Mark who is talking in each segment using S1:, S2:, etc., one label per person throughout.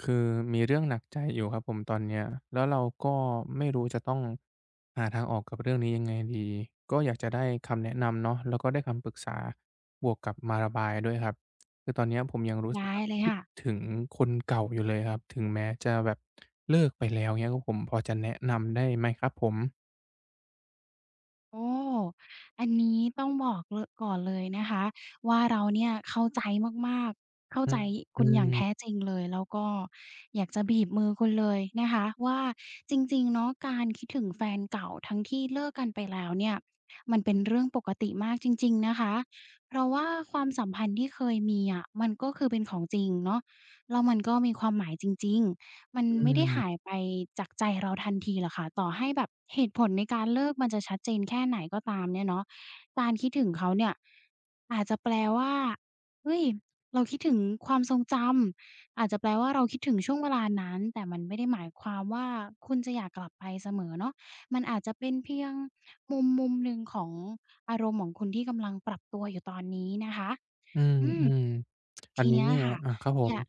S1: คือมีเรื่องหนักใจอยู่ครับผมตอนเนี้ยแล้วเราก็ไม่รู้จะต้องหาทางออกกับเรื่องนี้ยังไงดีก็อยากจะได้คำแนะนำเนาะแล้วก็ได้คำปรึกษาบวกกับมาระบายด้วยครับคือตอนเนี้ยผมยังรู้สึก
S2: ได้
S1: แบบ
S2: เลย
S1: คิด
S2: ค่ะ
S1: ถึงคนเก่าอยู่เลยครับถึงแม้จะแบบเลิกไปแล้วเงี้ยก็ผมพอจะแนะนำได้ไหมครับผม
S2: โอ้อันนี้ต้องบอกเลอะก่อนเลยนะคะว่าเราเนี่ยเข้าใจมากๆเข้า
S1: อื
S2: ใจ
S1: ม
S2: คุ
S1: อื
S2: ณอย่างแท้
S1: ม
S2: จริงเลยแล้วก็อยากจะบีบมือคุณเลยนะคะว่าจริงๆเนาะการคิดถึงแฟนเก่าทั้งที่เลิกกันไปแล้วเนี่ยมันเป็นเรื่องปกติมากจริงๆนะคะเพราะว่าความสัมพันธ์ที่เคยมีอะมันก็คือเป็นของจริงเนาะแล้วมันก็มีความหมายจริงๆ มัน
S1: อื
S2: ไม่ได้หายไปจากใจเราทันทีหรอกค่ะต่อให้แบบเหตุผลในการเลิกมันจะชัดเจนแค่ไหนก็ตามเนี่ยเนาะการคิดถึงเขาเนี่ยอาจจะแปลว่าเฮ้ยเราคิดถึงความทรงจำอาจจะแปลว่าเราคิดถึงช่วงเวลานั้นแต่มันไม่ได้หมายความว่าคุณจะอยากกลับไปเสมอเนาะมันอาจจะเป็นเพียงมุมหนึ่งของอารมณ์ของคุณที่กำลังปรับตัวอยู่ตอนนี้นะคะ
S1: มอื
S2: อืม
S1: มๆอัน
S2: ที
S1: นี้
S2: เนี้ย
S1: เนี่ย
S2: ค่ะ
S1: ครับผ
S2: อ
S1: ม
S2: ยาก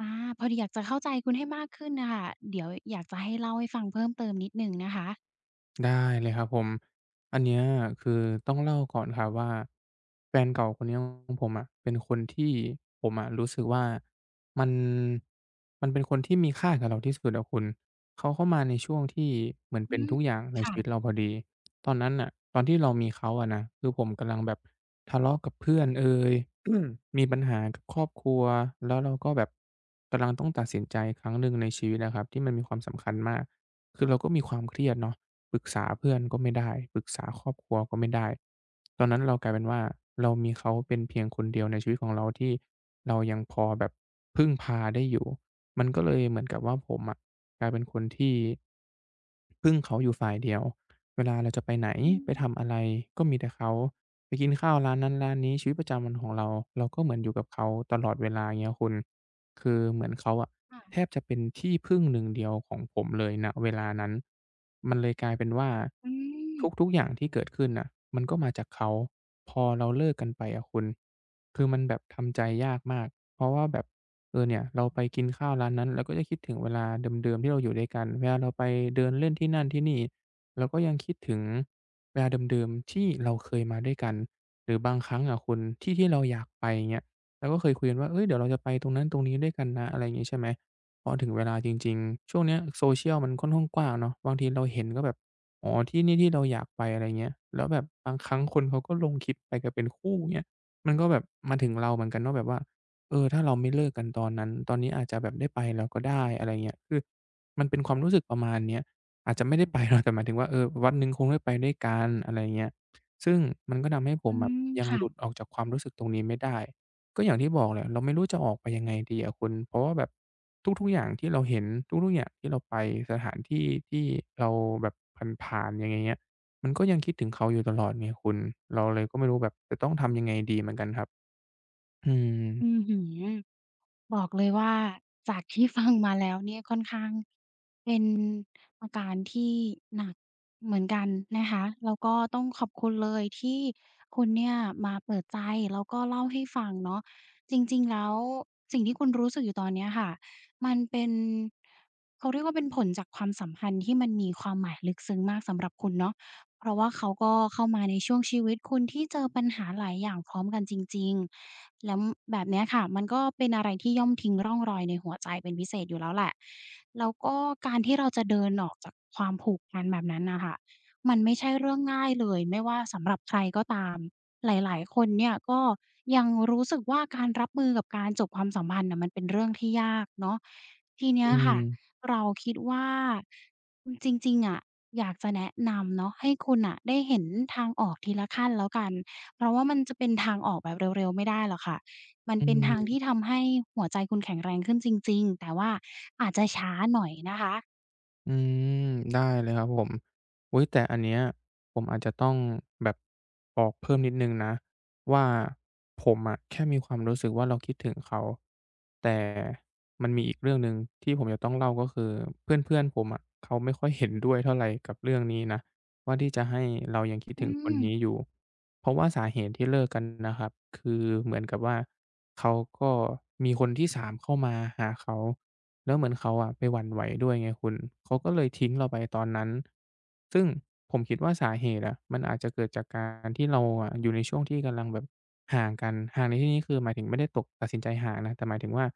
S2: อาพอดีอยากจะเข้าใจคุณให้มากขึ้นน่ะค่ะเดี๋ยวอยากจะให้เล่าให้ฟังเพิ่มเติมนิดหนึ่งนะคะ
S1: ได้เลยครับผม อันเนี้ยคือต้องเล่าก่อนครับว่าแฟนเก่าคนเนี้ยของผมอะเป็นคนที่ผมอะรู้สึกว่ามันมันเป็นคนที่มีค่ากับเราที่สุดอะคุณเขาเข้ามาในช่วงที่เหมือน
S2: อื
S1: เป็น
S2: ม
S1: ทุกอย่างในชีวิต
S2: ค่ะ
S1: เราพอดีตอนนั้นน่ะตอนที่เรามีเขาอะนะคือผมกำลังแบบทะเลาะกับเพื่อนเอย มีปัญหากับครอบครัวแล้วเราก็แบบกำลังต้องตัดสินใจครั้งหนึ่งในชีวิตอะครับที่มันมีความสำคัญมากคือเราก็มีความเครียดเนาะ ปรึกษาเพื่อนก็ไม่ได้ ปรึกษาครอบครัวก็ไม่ได้ตอนนั้นเรากลายเป็นว่าเรามีเขาเป็นเพียงคนเดียวในชีวิตของเราที่เรายังพอแบบพึ่งพาได้อยู่ มันก็เลยเหมือนกับว่าผมอะกลายเป็นคนที่พึ่งเขาอยู่ฝ่ายเดียว เวลาเราจะไปไหน
S2: อื
S1: ไป
S2: ม
S1: ทำอะไรก็มีแต่เขาไปกินข้าวร้านนั้นร้านนี้ชีวิตประจำวันของเราเราก็เหมือนอยู่กับเขาตลอดเวลาเงี้ยคุณ คือเหมือนเขาอะแท
S2: ค่ะ
S1: บจะเป็นที่พึ่งหนึ่งเดียวของผมเลยณเวลานั้นมันเลยกลายเป็นว่า
S2: อืม
S1: ทุกๆอย่างที่เกิดขึ้นน่ะมันก็มาจากเขาพอเราเลิกกันไปอะคุณคือมันแบบทำใจยากมากเพราะว่าแบบเออเนี่ยเราไปกินข้าวร้านนั้นเราก็จะคิดถึงเวลาเดิมๆที่เราอยู่ด้วยกันเวลาเราไปเดินเล่นที่นั่นที่นี่เราก็ยังคิดถึงเวลาเดิมๆที่เราเคยมาด้วยกันหรือบางครั้งอะคุณที่ที่เราอยากไปเงี้ย เราก็เคยคุยกันว่าเอ้ยเดี๋ยวเราจะไปตรงนั้นตรงนี้ด้วยกันนะอะไรอย่างงี้ใช่ไหมพอถึงเวลาจริงๆ ช่วงเนี้ย Social มันค่อนข้างกว้างเนาะบางทีเราเห็นก็แบบอ๋อที่นี่ที่เราอยากไปอะไรเงี้ยแล้วแบบบางครั้งคนเขาก็ลงคลิปไปกันเป็นคู่เงี้ยมันก็แบบมาถึงเราเหมือนกันว่าแบบว่าเออถ้าเราไม่เลิกกันตอนนั้น ตอนนี้อาจจะแบบได้ไปแล้วก็ได้อะไรเงี้ยคือมันเป็นความรู้สึกประมาณเนี้ยอาจจะไม่ได้ไปเนาะแต่หมายถึงว่าเออวันหนึ่งคงได้ไปด้วยกันอะไรเงี้ยซึ่งมันก็ทำให้ผ
S2: อื
S1: มแบบ
S2: ม
S1: ยัง
S2: ค่ะ
S1: หลุดออกจากความรู้สึกตรงนี้ไม่ได้ ก็อย่างที่บอกแหละเราไม่รู้จะออกไปยังไงดีอะคุณเพราะว่าแบบทุกๆอย่างที่เราเห็นทุกๆอย่างที่เราไปสถานที่ที่เราแบบผ่านๆอย่างเงี้ยมันก็ยังคิดถึงเขาอยู่ตลอดไงคุณเราเลยก็ไม่รู้แบบจะต้องทำยังไงดีเหมือนกันครับอืม
S2: อือฮึ บอกเลยว่าจากที่ฟังมาแล้วเนี่ยค่อนข้างเป็นอาการที่หนักเหมือนกันนะคะแล้วก็ต้องขอบคุณเลยที่คุณเนี่ยมาเปิดใจแล้วก็เล่าให้ฟังเนาะจริงๆแล้วสิ่งที่คุณรู้สึกอยู่ตอนเนี้ยค่ะมันเป็นเขาเรียกว่าเป็นผลจากความสัมพันธ์ที่มันมีความหมายลึกซึ้งมากสำหรับคุณเนาะ เพราะว่าเขาก็เข้ามาในช่วงชีวิตคุณที่เจอปัญหาหลายอย่างพร้อมกันจริงๆ แล้วแบบเนี้ยค่ะมันก็เป็นอะไรที่ย่อมทิ้งร่องรอยในหัวใจเป็นพิเศษอยู่แล้วแหละ แล้วก็การที่เราจะเดินออกจากความผูกพันแบบนั้นน่ะค่ะมันไม่ใช่เรื่องง่ายเลยไม่ว่าสำหรับใครก็ตามหลายๆคนเนี่ยก็ยังรู้สึกว่าการรับมือกับการจบความสัมพันธ์น่ะมันเป็นเรื่องที่ยากเนาะทีเนี้ย
S1: อื
S2: ค่ะ
S1: ม
S2: เราคิดว่าจริงๆอะ อยากจะแนะนำเนาะให้คุณอะได้เห็นทางออกทีละขั้นแล้วกันเพราะว่ามันจะเป็นทางออกแบบเร็วๆไม่ได้หรอกค่ะมัน
S1: อื
S2: เป็นทาง
S1: ม
S2: ที่ทำให้หัวใจคุณแข็งแรงขึ้นจริงๆแต่ว่าอาจจะช้าหน่อยนะคะ
S1: อืมได้เลยครับผมอุ๊ยแต่อันเนี้ยผมอาจจะต้องแบบบอกเพิ่มนิดหนึ่งนะว่าผมอะแค่มีความรู้สึกว่าเราคิดถึงเขาแต่มันมีอีกเรื่องหนึ่งที่ผมจะต้องเล่าก็คือเพื่อนๆผมอะเขาไม่ค่อยเห็นด้วยเท่าไรกับเรื่องนี้นะว่าที่จะให้เรายังคิด
S2: อื
S1: ถึงคน
S2: ม
S1: นี้อยู่เพราะว่าสาเหตุที่เลิกกันนะครับคือเหมือนกับว่าเขาก็มีคนที่สามเข้ามาหาเขา แล้วเหมือนเขาอะไปหวั่นไหวด้วยไงคุณเขาก็เลยทิ้งเราไปตอนนั้นซึ่งผมคิดว่าสาเหตุอะมันอาจจะเกิดจากการที่เราอะอยู่ในช่วงที่กำลังแบบห่างกัน ห่างในที่นี้คือหมายถึงไม่ได้ตกตัดสินใจห่างนะแต่หมายถึงว่า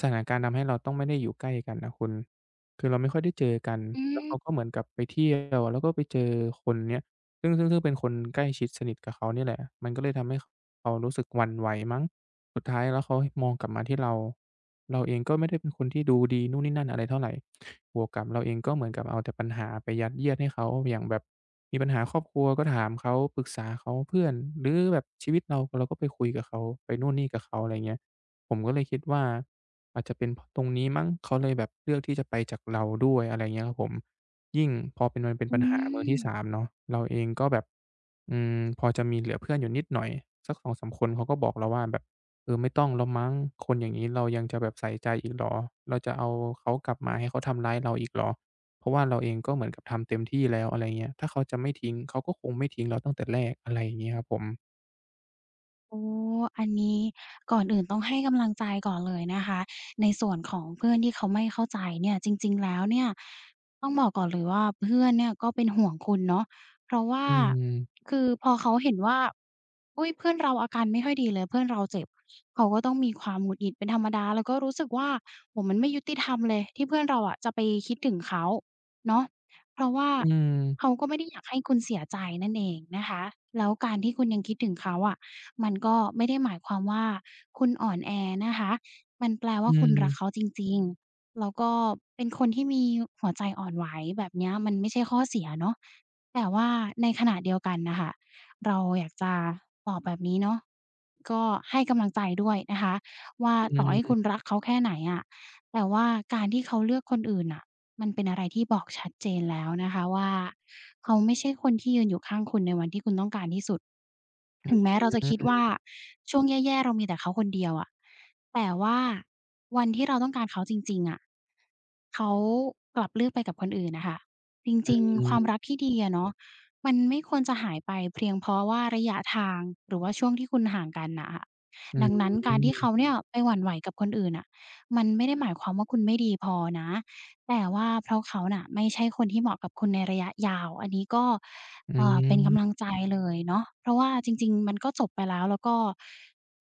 S1: สถานการณ์ทำให้เราต้องไม่ได้อยู่ใกล้กันนะคุณ คือเราไม่ค่อยได้เจอกัน
S2: อื
S1: แล้
S2: ม
S1: วเขาก็เหมือนกับไปเที่ยวแล้วก็ไปเจอคนเนี้ยซึ่งเป็นคนใกล้ชิดสนิทกับเขาเนี่ยแหละมันก็เลยทำให้ เขารู้สึกหวั่นไหวมั้งสุดท้ายแล้วเขามองกลับมาที่เรา เราเองก็ไม่ได้เป็นคนที่ดูดีนู่นนี่นั่นอะไรเท่าไรบวกกับเราเองก็เหมือนกับเอาแต่ปัญหาไปยัดเยียดให้เขา อย่างแบบมีปัญหาครอบครัวก็ถามเขาปรึกษาเขาเพื่อนหรือแบบชีวิตเราเราก็ไปคุยกับเขาไปนู่นนี่กับเขาอะไรเงี้ย ผมก็เลยคิดว่าอาจจะเป็นเพราะตรงนี้มั้งเขาเลยแบบเลือกที่จะไปจากเราด้วยอะไรเงี้ยครับผม ยิ่งพอเป็นมันเป็น
S2: อื
S1: ปัญหามือ
S2: ม
S1: ที่สามเนาะเราเองก็แบบอืมพอจะมีเหลือเพื่อนอยู่นิดหน่อยสักสองสามคนเขาก็บอกเราว่าแบบเออไม่ต้องแล้วมั้งคนอย่างงี้เรายังจะแบบใส่ใจอีกเหรอเราจะเอาเขากลับมาให้เขาทำร้ายเราอีกเหรอเพราะว่าเราเองก็เหมือนกับทำเต็มที่แล้วอะไรเงี้ยถ้าเขาจะไม่ทิ้งเขาก็คงไม่ทิ้งเราตั้งแต่แรกอะไรอย่างงี้ครับผม
S2: โอ้ออันนี้ก่อนอื่นต้องให้กำลังใจก่อนเลยนะคะในส่วนของเพื่อนที่เขาไม่เข้าใจเนี่ยจริงๆแล้วเนี่ยต้องบอกก่อนเลยว่าเพื่อนเนี่ยก็เป็นห่วงคุณเนาะเพราะว่า
S1: อืม
S2: คือพอเขาเห็นว่าอุ๊ยเพื่อนเราอาการไม่ค่อยดีเลยเพื่อนเราเจ็บเขาก็ต้องมีความหงุดหงิดเป็นธรรมดาแล้วก็รู้สึกว่าโอ้โฮมันไม่ยุติธรรมเลยที่เพื่อนเราอะจะไปคิดถึงเขาเนาะเพราะว่า
S1: อืม
S2: เขาก็ไม่ได้อยากให้คุณเสียใจนั่นเองนะคะแล้วการที่คุณยังคิดถึงเขาอะ มันก็ไม่ได้หมายความว่าคุณอ่อนแอนะคะ มันแปล
S1: อื
S2: ว่าคุณรักเขา
S1: ม
S2: จริงๆแล้วก็เป็นคนที่มีหัวใจอ่อนไหวแบบเนี้ยมันไม่ใช่ข้อเสียเนาะแต่ว่าในขณะเดียวกันน่ะค่ะเราอยากจะบอกแบบนี้เนาะก็ให้กำลังใจด้วยนะคะว่า
S1: อื
S2: ต่อให้คุณ
S1: ม
S2: รักเขาแค่ไหนอะ แต่ว่าการที่เขาเลือกคนอื่นน่ะ มันเป็นอะไรที่บอกชัดเจนแล้วนะคะว่าเขาไม่ใช่คนที่ยืนอยู่ข้างคุณในวันที่คุณต้องการที่สุด
S1: อื
S2: ถึงแม้
S1: ม
S2: เราจะคิดว่าช่วงแย่ๆเรามีแต่เขาคนเดียวอะแต่ว่าวันที่เราต้องการเขาจริงๆอะเขากลับเลือกไปกับคนอื่นน่ะค่ะจ
S1: อื
S2: ริงๆความรัก
S1: ม
S2: ที่ดีอะเนาะมันไม่ควรจะหายไปเพียงเพราะว่าระยะทางหรือว่าช่วงที่คุณห่างกันน่ะค่ะ
S1: อื
S2: ดังนั้นการที่
S1: ม
S2: เขาเนี่ยไปหวั่นไหวกับคนอื่นน่ะมันไม่ได้หมายความว่าคุณไม่ดีพอนะ แต่ว่าเพราะเขาน่ะไม่ใช่คนที่เหมาะกับคุณในระยะยาวอันนี้ก็
S1: อื
S2: เป็นกำลัง
S1: ม
S2: ใจเลยเนาะเพราะว่าจริงๆมันก็จบไปแล้วแล้วก็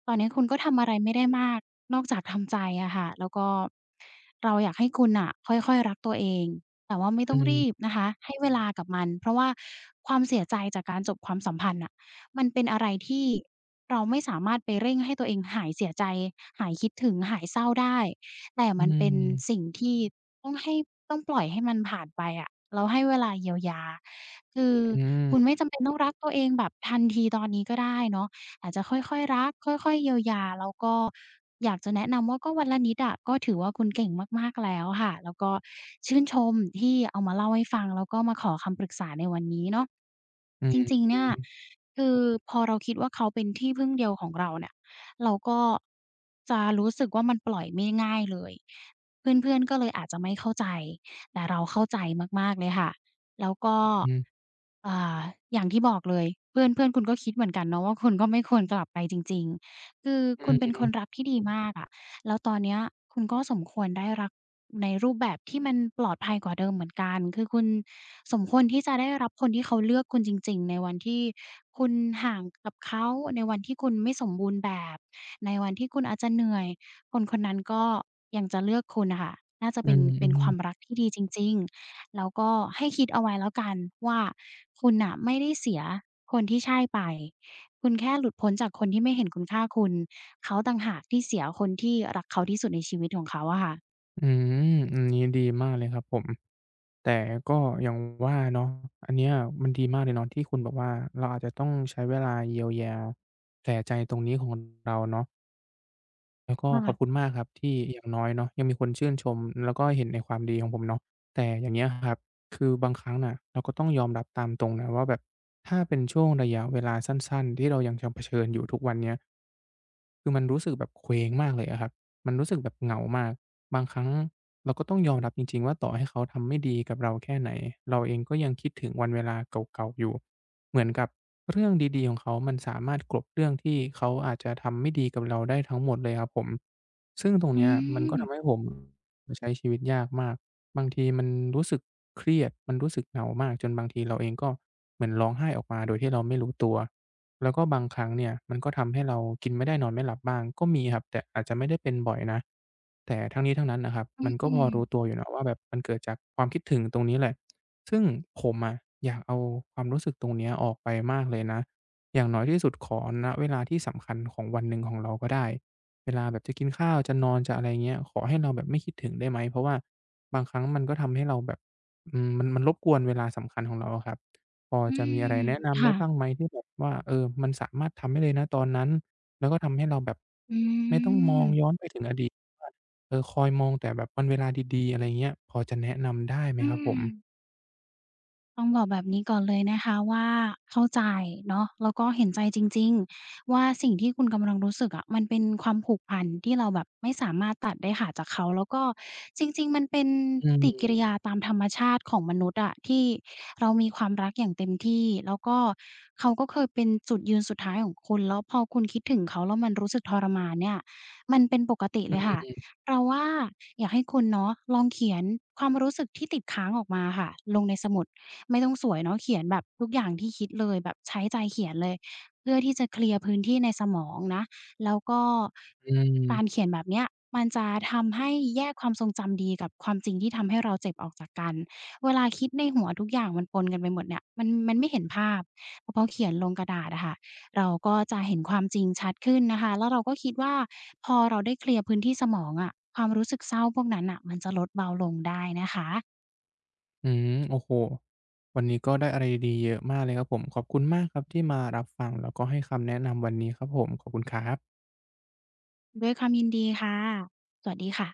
S2: ตอนนี้คุณก็ทำอะไรไม่ได้มากนอกจากทำใจอะค่ะแล้วก็เราอยากให้คุณน่ะค่อยๆรักตัวเองแต่ว่าไม่ต้อ
S1: อื
S2: งรีบ
S1: ม
S2: นะคะให้เวลากับมันเพราะว่าความเสียใจจากการจบความสัมพันธ์น่ะมันเป็นอะไรที่เราไม่สามารถไปเร่งให้ตัวเองหายเสียใจหายคิดถึงหายเศร้าได้แต่
S1: อื
S2: มันเป็นสิ่ง
S1: ม
S2: ที่ ต้องให้ต้องปล่อยให้มันผ่านไปอะเราให้เวลาเยียวยาคือ
S1: อื
S2: คุณไม่
S1: ม
S2: จำเป็นต้องรักตัวเองแบบทันทีตอนนี้ก็ได้เนาะอาจจะค่อยๆรักค่อยๆเยียวยาแล้วก็อยากจะแนะนำว่าก็วันละนิดอะก็ถือว่าคุณเก่งมากๆแล้วค่ะแล้วก็ชื่นชมที่เอามาเล่าให้ฟังแล้วก็มาขอคำปรึกษาในวันนี้เนาะ
S1: อื
S2: จ
S1: ม
S2: ริงๆเนี่ยคือพอเราคิดว่าเขาเป็นที่พึ่งเดียวของเราเนี่ยเราก็จะรู้สึกว่ามันปล่อยไม่ง่ายเลย เพื่อนๆก็เลยอาจจะไม่เข้าใจแต่เราเข้าใจมากๆเลยค่ะแล้วก็
S1: อืม
S2: อ่าอย่างที่บอกเลย เพื่อนเพื่อนคุณก็คิดเหมือนกันเนาะว่าคุณก็ไม่ควรกลับไปจริงๆ คือ
S1: อื
S2: คุณเป็น
S1: ม
S2: คนรักที่ดีมากอะแล้วตอนเนี้ยคุณก็สมควรได้รักในรูปแบบที่มันปลอดภัยกว่าเดิมเหมือนกัน คือคุณสมควรที่จะได้รับคนที่เขาเลือกคุณจริงๆในวันที่คุณห่างกับเขาในวันที่คุณไม่สมบูรณ์แบบในวันที่คุณอาจจะเหนื่อย คนคนนั้นก็ยังจะเลือกคุณน่ะค่ะน่าจะ
S1: อื
S2: เป็น
S1: มอื
S2: เป็นความรั
S1: ม
S2: กที่ดีจริงๆแล้วก็ให้คิดเอาไว้แล้วกันว่าคุณน่ะไม่ได้เสียคนที่ใช่ไปคุณแค่หลุดพ้นจากคนที่ไม่เห็นคุณค่าคุณเขาต่างหากที่เสียคนที่รักเขาที่สุดในชีวิตของเขาอะค่ะ
S1: อืมอันนี้ดีมากเลยครับผมแต่ก็อย่างว่าเนาะอันเนี้ยมันดีมากเลยเนาะที่คุณบอกว่าเราอาจจะต้องใช้เวลาเยียวยาแผลใจตรงนี้ของเราเนาะแล้วก็ขอบคุณ
S2: ค่ะ
S1: มากครับที่อย่างน้อยเนาะยังมีคนชื่นชมแล้วก็เห็นในความดีของผมเนาะ แต่อย่างเงี้ยครับคือบางครั้งน่ะเราก็ต้องยอมรับตามตรงนะว่าแบบถ้าเป็นช่วงระยะเวลาสั้นๆที่เรายังชเผชิญอยู่ทุกวันเนี้ย คือมันรู้สึกแบบเคว้งมากเลยอะครับมันรู้สึกแบบเหงามาก บางครั้งเราก็ต้องยอมรับจริงๆว่าต่อให้เขาทำไม่ดีกับเราแค่ไหน เราเองก็ยังคิดถึงวันเวลาเก่าๆอยู่ เหมือนกับเรื่องดีๆของเขามันสามารถกลบเรื่องที่เขาอาจจะทำไม่ดีกับเราได้ทั้งหมดเลยครับผม ซึ่งตรง
S2: อื
S1: เนี้ยมันก็ทำให้
S2: ม
S1: ผมใช้ชีวิตยากมากบางทีมันรู้สึกเครียดมันรู้สึกเหงามากจนบางทีเราเองก็เหมือนร้องไห้ออกมาโดยที่เราไม่รู้ตัว แล้วก็บางครั้งเนี่ยมันก็ทำให้เรากินไม่ได้นอนไม่หลับบ้างก็มีครับแต่อาจจะไม่ได้เป็นบ่อยนะแต่ทั้งนี้ทั้งนั้นนะครับ
S2: อื
S1: มันก็พอ
S2: ม
S1: รู้ตัวอยู่นะว่าแบบมันเกิดจากความคิดถึงตรงนี้แหละซึ่งผมอะอยากเอาความรู้สึกตรงเนี้ยออกไปมากเลยนะอย่างน้อยที่สุดขอณเวลาที่สำคัญของวันหนึ่งของเราก็ได้เวลาแบบจะกินข้าวจะนอนจะอะไรเงี้ยขอให้เราแบบไม่คิดถึงได้ไหมเพราะว่าบางครั้งมันก็ทำให้เราแบบมันมันรบกวนเวลาสำคัญของเราอะครับ พอ
S2: อื
S1: จะมีอะไร
S2: ม
S1: แนะนำได้
S2: ค่ะ
S1: บ้างไหมที่แบบว่าเออมันสามารถทำได้เลยณตอนนั้นแล้วก็ทำให้เราแบบ
S2: อื
S1: ไม่ต้องมองย้อ
S2: ม
S1: นไปถึงอดีตว่าเออคอยมองแต่แบบวันเวลาดีๆอะไรเงี้ยพอจะแนะนำได้ไหม
S2: อื
S1: ครับผ
S2: ม
S1: ม
S2: ต้องบอกแบบนี้ก่อนเลยนะคะว่าเข้าใจเนาะแล้วก็เห็นใจจริงๆว่าสิ่งที่คุณกำลังรู้สึกอะมันเป็นความผูกพันที่เราแบบไม่สามารถตัดได้ขาดจากเขาแล้วก็จริงๆมันเป็น
S1: อื
S2: ป
S1: ม
S2: ฏิกิริยาตามธรรมชาติของมนุษย์อะที่เรามีความรักอย่างเต็มที่แล้วก็เขาก็เคยเป็นจุดยืนสุดท้ายของคุณแล้วพอคุณคิดถึงเขาแล้วมันรู้สึกทรมานเนี่ยมันเป็นปกติ
S1: อื
S2: เลยค่ะ
S1: ม
S2: เราว่าอยากให้คุณเนาะลองเขียนความรู้สึกที่ติดค้างออกมาค่ะลงในสมุด ไม่ต้องสวยเนาะเขียนแบบทุกอย่างที่คิดเลยแบบใช้ใจเขียนเลยเพื่อที่จะเคลียร์พื้นที่ในสมองนะแล้วก็
S1: อื
S2: การ
S1: ม
S2: เขียนแบบเนี้ยมันจะทำให้แยกความทรงจำดีกับความจริงที่ทำให้เราเจ็บออกจากกันเวลาคิดในหัวทุกอย่างมันปนกันไปหมดเนี่ยมันไม่เห็นภาพแต่พอเขียนลงกระดาษอะค่ะเราก็จะเห็นความจริงชัดขึ้นนะคะแล้วเราก็คิดว่าพอเราได้เคลียร์พื้นที่สมองอะความรู้สึกเศร้าพวกนั้นน่ะมันจะลดเบาลงได้นะคะ
S1: อืมโอ้โฮวันนี้ก็ได้อะไรดีๆเยอะมากเลยครับผมขอบคุณมากครับที่มารับฟังแล้วก็ให้คำแนะนำวันนี้ครับผมขอบคุณครับ
S2: ด้วยความยินดีค่ะ สวัสดีค่ะ